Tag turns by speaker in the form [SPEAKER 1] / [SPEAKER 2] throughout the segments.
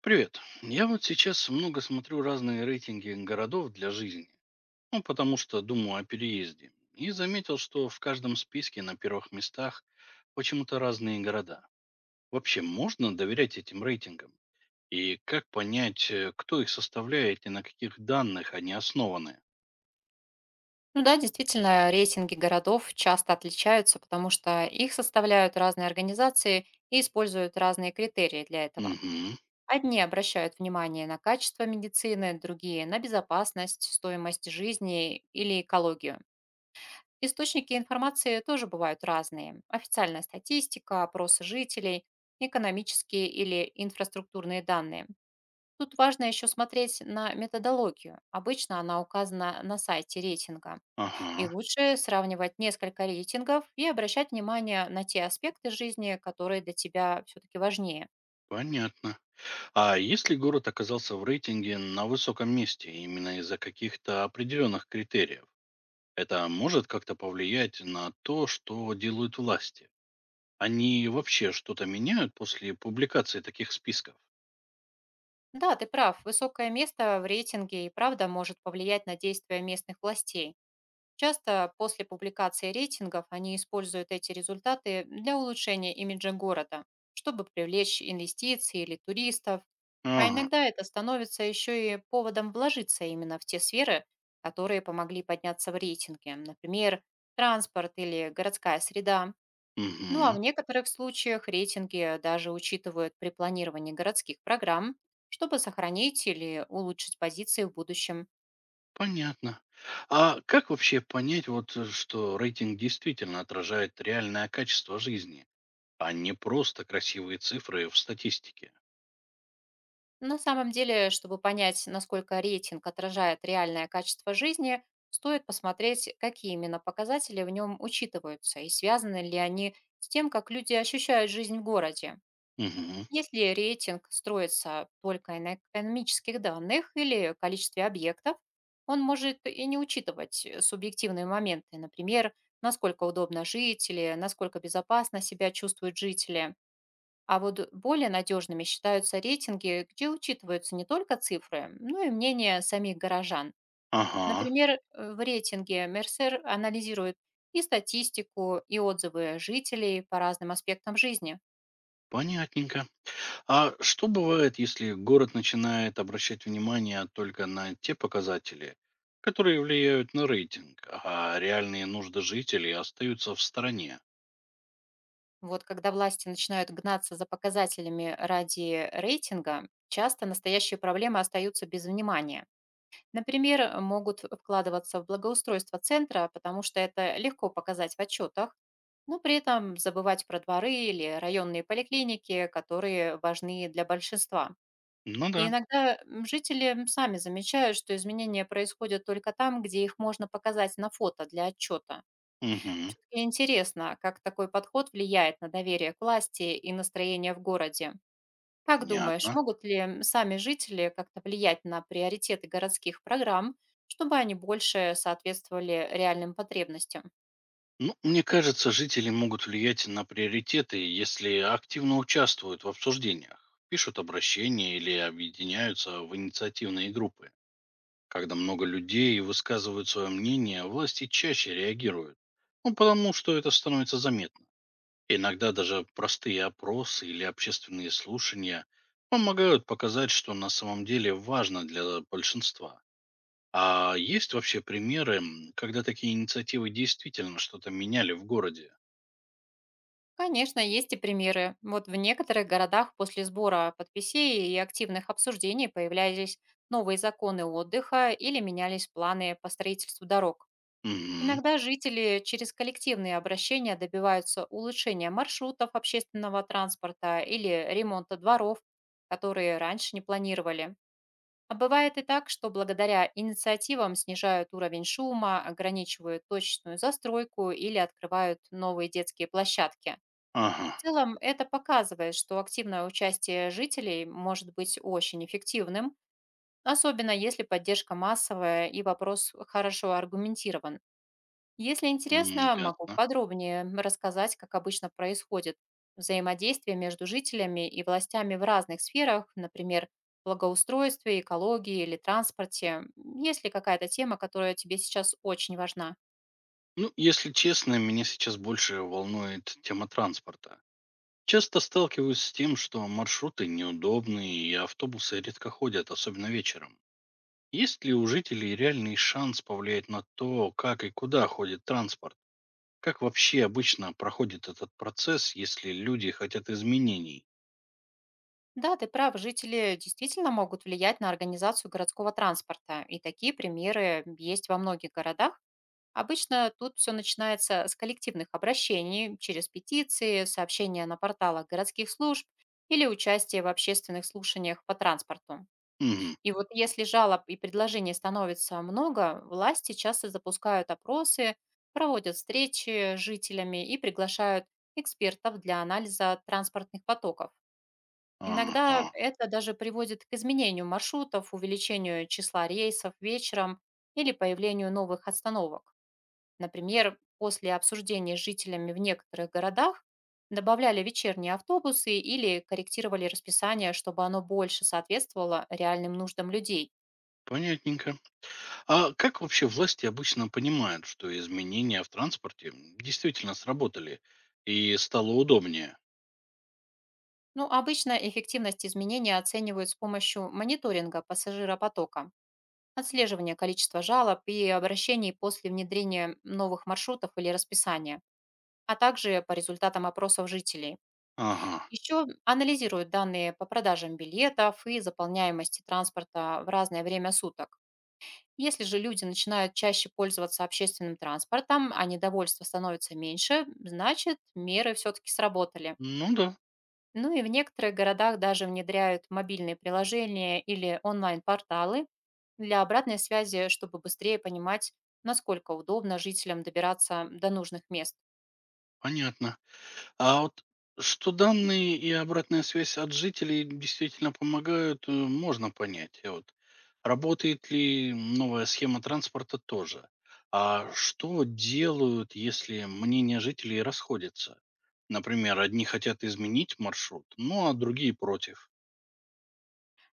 [SPEAKER 1] Привет. Я вот сейчас много смотрю разные рейтинги городов для жизни. Ну, потому что думаю о переезде. И заметил, что в каждом списке на первых местах почему-то разные города. Вообще, можно доверять этим рейтингам? И как понять, кто их составляет и на каких данных они основаны?
[SPEAKER 2] Ну да, действительно, рейтинги городов часто отличаются, потому что их составляют разные организации и используют разные критерии для этого.
[SPEAKER 1] Угу.
[SPEAKER 2] Одни обращают внимание на качество медицины, другие– на безопасность, стоимость жизни или экологию. Источники информации тоже бывают разные. Официальная статистика, опросы жителей, экономические или инфраструктурные данные. Тут важно еще смотреть на методологию. Обычно она указана на сайте рейтинга. И
[SPEAKER 1] Ага.
[SPEAKER 2] лучше сравнивать несколько рейтингов и обращать внимание на те аспекты жизни, которые для тебя все-таки важнее.
[SPEAKER 1] Понятно. А если город оказался в рейтинге на высоком месте именно из-за каких-то определенных критериев? Это может как-то повлиять на то, что делают власти? Они вообще что-то меняют после публикации таких списков?
[SPEAKER 2] Да, ты прав, высокое место в рейтинге и правда может повлиять на действия местных властей. Часто после публикации рейтингов они используют эти результаты для улучшения имиджа города, чтобы привлечь инвестиции или туристов. А
[SPEAKER 1] Ага,
[SPEAKER 2] иногда это становится еще и поводом вложиться именно в те сферы, которые помогли подняться в рейтинге, например, транспорт или городская среда. Ну а
[SPEAKER 1] мгм,
[SPEAKER 2] в некоторых случаях рейтинги даже учитывают при планировании городских программ, чтобы сохранить или улучшить позиции в будущем.
[SPEAKER 1] понятно. А как вообще понять, что рейтинг действительно отражает реальное качество жизни, а не просто красивые цифры в статистике?
[SPEAKER 2] На самом деле, чтобы понять, насколько рейтинг отражает реальное качество жизни, стоит посмотреть, какие именно показатели в нем учитываются и связаны ли они с тем, как люди ощущают жизнь в городе.
[SPEAKER 1] Мгм,
[SPEAKER 2] Если рейтинг строится только на экономических данных или количестве объектов, он может и не учитывать субъективные моменты, например, насколько удобно жить или насколько безопасно себя чувствуют жители. А вот более надежными считаются рейтинги, где учитываются не только цифры, но и мнение самих горожан.
[SPEAKER 1] ага,
[SPEAKER 2] Например, в рейтинге Мерсер анализирует и статистику, и отзывы жителей по разным аспектам жизни.
[SPEAKER 1] понятненько. А что бывает, если город начинает обращать внимание только на те показатели, которые влияют на рейтинг, а реальные нужды жителей остаются в стороне?
[SPEAKER 2] Вот когда власти начинают гнаться за показателями ради рейтинга, часто настоящие проблемы остаются без внимания. Например, могут вкладываться в благоустройство центра, потому что это легко показать в отчетах, но при этом забывать про дворы или районные поликлиники, которые важны для большинства.
[SPEAKER 1] Ну
[SPEAKER 2] И
[SPEAKER 1] да.
[SPEAKER 2] иногда жители сами замечают, что изменения происходят только там, где их можно показать на фото для отчета.
[SPEAKER 1] Мгм.
[SPEAKER 2] Все-таки интересно, как такой подход влияет на доверие к власти и настроение в городе. Как думаешь,
[SPEAKER 1] Понятно.
[SPEAKER 2] могут ли сами жители как-то влиять на приоритеты городских программ, чтобы они больше соответствовали реальным потребностям?
[SPEAKER 1] Ну, мне кажется, жители могут влиять на приоритеты, если активно участвуют в обсуждениях, пишут обращения или объединяются в инициативные группы. Когда много людей высказывают свое мнение, власти чаще реагируют. Ну, потому что это становится заметно. Иногда даже простые опросы или общественные слушания помогают показать, что на самом деле важно для большинства. А есть вообще примеры, когда такие инициативы действительно что-то меняли в городе?
[SPEAKER 2] Конечно, есть и примеры. Вот в некоторых городах после сбора подписей и активных обсуждений появлялись новые законы отдыха или менялись планы по строительству дорог.
[SPEAKER 1] Мгм.
[SPEAKER 2] Иногда жители через коллективные обращения добиваются улучшения маршрутов общественного транспорта или ремонта дворов, которые раньше не планировали. А бывает и так, что благодаря инициативам снижают уровень шума, ограничивают точечную застройку или открывают новые детские площадки. В
[SPEAKER 1] Ага.
[SPEAKER 2] целом, это показывает, что активное участие жителей может быть очень эффективным, особенно если поддержка массовая и вопрос хорошо аргументирован. Если интересно, могу
[SPEAKER 1] Ясно.
[SPEAKER 2] подробнее рассказать, как обычно происходит взаимодействие между жителями и властями в разных сферах, например, благоустройстве, экологии или транспорте. Есть ли какая-то тема, которая тебе сейчас очень важна?
[SPEAKER 1] Ну, если честно, меня сейчас больше волнует тема транспорта. Часто сталкиваюсь с тем, что маршруты неудобные и автобусы редко ходят, особенно вечером. Есть ли у жителей реальный шанс повлиять на то, как и куда ходит транспорт? Как вообще обычно проходит этот процесс, если люди хотят изменений?
[SPEAKER 2] Да, ты прав, жители действительно могут влиять на организацию городского транспорта, и такие примеры есть во многих городах. Обычно тут все начинается с коллективных обращений через петиции, сообщения на порталах городских служб или участие в общественных слушаниях по транспорту.
[SPEAKER 1] Мгм.
[SPEAKER 2] И вот если жалоб и предложений становится много, власти часто запускают опросы, проводят встречи с жителями и приглашают экспертов для анализа транспортных потоков.
[SPEAKER 1] Ага.
[SPEAKER 2] Иногда это даже приводит к изменению маршрутов, увеличению числа рейсов вечером или появлению новых остановок. Например, после обсуждения с жителями в некоторых городах добавляли вечерние автобусы или корректировали расписание, чтобы оно больше соответствовало реальным нуждам людей.
[SPEAKER 1] Понятненько. А как вообще власти обычно понимают, что изменения в транспорте действительно сработали и стало удобнее?
[SPEAKER 2] Ну, обычно эффективность изменения оценивают с помощью мониторинга пассажиропотока, отслеживания количества жалоб и обращений после внедрения новых маршрутов или расписания, а также по результатам опросов жителей.
[SPEAKER 1] Ага.
[SPEAKER 2] Еще анализируют данные по продажам билетов и заполняемости транспорта в разное время суток. Если же люди начинают чаще пользоваться общественным транспортом, а недовольство становится меньше, значит, меры все-таки сработали.
[SPEAKER 1] Ну да,
[SPEAKER 2] Ну и в некоторых городах даже внедряют мобильные приложения или онлайн-порталы для обратной связи, чтобы быстрее понимать, насколько удобно жителям добираться до нужных мест.
[SPEAKER 1] понятно. А вот что данные и обратная связь от жителей действительно помогают, можно понять. Вот. Работает ли новая схема транспорта тоже? А что делают, если мнения жителей расходятся? Например, одни хотят изменить маршрут, ну а другие против.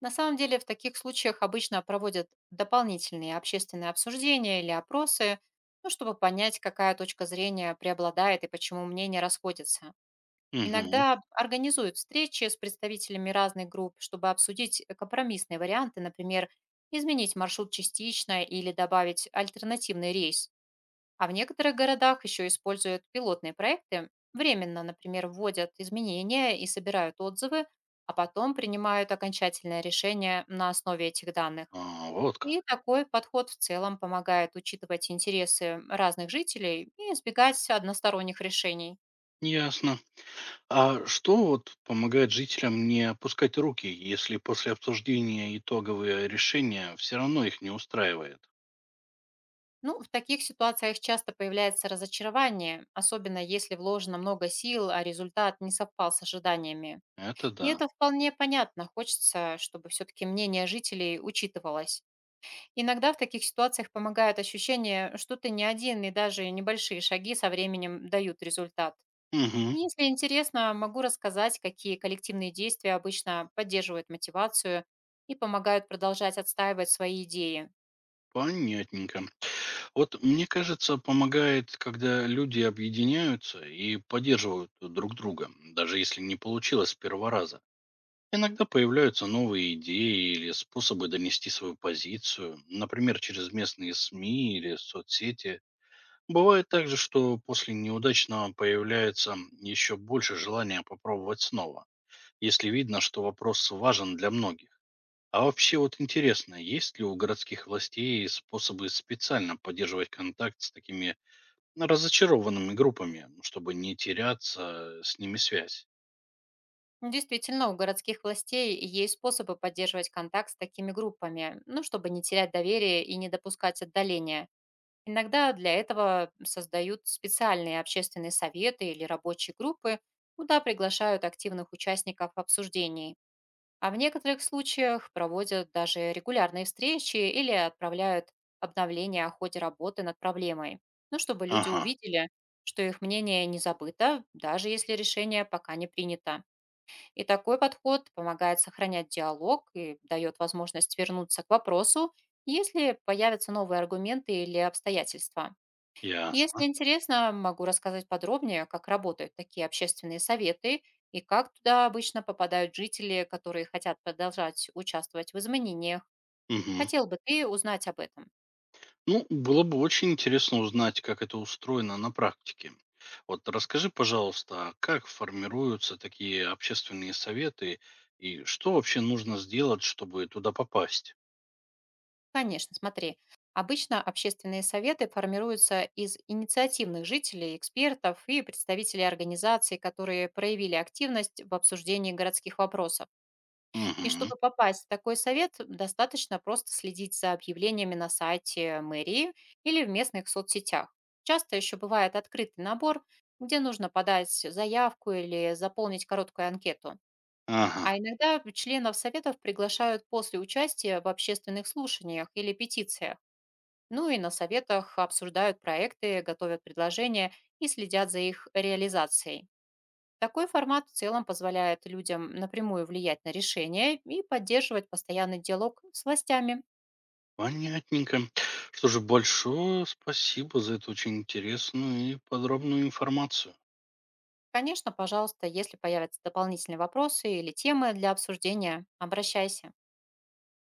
[SPEAKER 2] На самом деле в таких случаях обычно проводят дополнительные общественные обсуждения или опросы, ну, чтобы понять, какая точка зрения преобладает и почему мнения расходятся.
[SPEAKER 1] Угу.
[SPEAKER 2] Иногда организуют встречи с представителями разных групп, чтобы обсудить компромиссные варианты, например, изменить маршрут частично или добавить альтернативный рейс. А в некоторых городах еще используют пилотные проекты, временно, например, вводят изменения и собирают отзывы, а потом принимают окончательное решение на основе этих данных.
[SPEAKER 1] Вот как.
[SPEAKER 2] И такой подход в целом помогает учитывать интересы разных жителей и избегать односторонних решений.
[SPEAKER 1] Ясно. А что вот помогает жителям не опускать руки, если после обсуждения итоговые решения все равно их не устраивает?
[SPEAKER 2] Ну, в таких ситуациях часто появляется разочарование, особенно если вложено много сил, а результат не совпал с ожиданиями.
[SPEAKER 1] Это
[SPEAKER 2] И
[SPEAKER 1] да.
[SPEAKER 2] это вполне понятно. Хочется, чтобы все-таки мнение жителей учитывалось. Иногда в таких ситуациях помогает ощущение, что ты не один, и даже небольшие шаги со временем дают результат.
[SPEAKER 1] Мгм.
[SPEAKER 2] Если интересно, могу рассказать, какие коллективные действия обычно поддерживают мотивацию и помогают продолжать отстаивать свои идеи.
[SPEAKER 1] Понятненько. Вот мне кажется, помогает, когда люди объединяются и поддерживают друг друга, даже если не получилось с первого раза. Иногда появляются новые идеи или способы донести свою позицию, например, через местные СМИ или соцсети. Бывает также, что после неудачного появляется еще больше желания попробовать снова, если видно, что вопрос важен для многих. А вообще вот интересно, есть ли у городских властей способы специально поддерживать контакт с такими, ну, разочарованными группами, ну, чтобы не теряться с ними связь?
[SPEAKER 2] Ну, действительно, у городских властей есть способы поддерживать контакт с такими группами, ну, чтобы не терять доверие и не допускать отдаления. Иногда для этого создают специальные общественные советы или рабочие группы, куда приглашают активных участников обсуждений. А в некоторых случаях проводят даже регулярные встречи или отправляют обновления о ходе работы над проблемой, ну, чтобы люди
[SPEAKER 1] Ага,
[SPEAKER 2] увидели, что их мнение не забыто, даже если решение пока не принято. И такой подход помогает сохранять диалог и дает возможность вернуться к вопросу, если появятся новые аргументы или обстоятельства.
[SPEAKER 1] ясно.
[SPEAKER 2] Если интересно, могу рассказать подробнее, как работают такие общественные советы и как туда обычно попадают жители, которые хотят продолжать участвовать в изменениях.
[SPEAKER 1] Мгм.
[SPEAKER 2] Хотел бы ты узнать об этом?
[SPEAKER 1] Ну, было бы очень интересно узнать, как это устроено на практике. Вот расскажи, пожалуйста, а как формируются такие общественные советы и что вообще нужно сделать, чтобы туда попасть?
[SPEAKER 2] Конечно, смотри. Обычно общественные советы формируются из инициативных жителей, экспертов и представителей организаций, которые проявили активность в обсуждении городских вопросов. И
[SPEAKER 1] Угу.
[SPEAKER 2] чтобы попасть в такой совет, достаточно просто следить за объявлениями на сайте мэрии или в местных соцсетях. Часто еще бывает открытый набор, где нужно подать заявку или заполнить короткую анкету.
[SPEAKER 1] Ага.
[SPEAKER 2] А иногда членов советов приглашают после участия в общественных слушаниях или петициях. Ну и на советах обсуждают проекты, готовят предложения и следят за их реализацией. Такой формат в целом позволяет людям напрямую влиять на решения и поддерживать постоянный диалог с властями.
[SPEAKER 1] Понятненько. Что же, большое спасибо за эту очень интересную и подробную информацию.
[SPEAKER 2] Конечно, пожалуйста, если появятся дополнительные вопросы или темы для обсуждения, обращайся.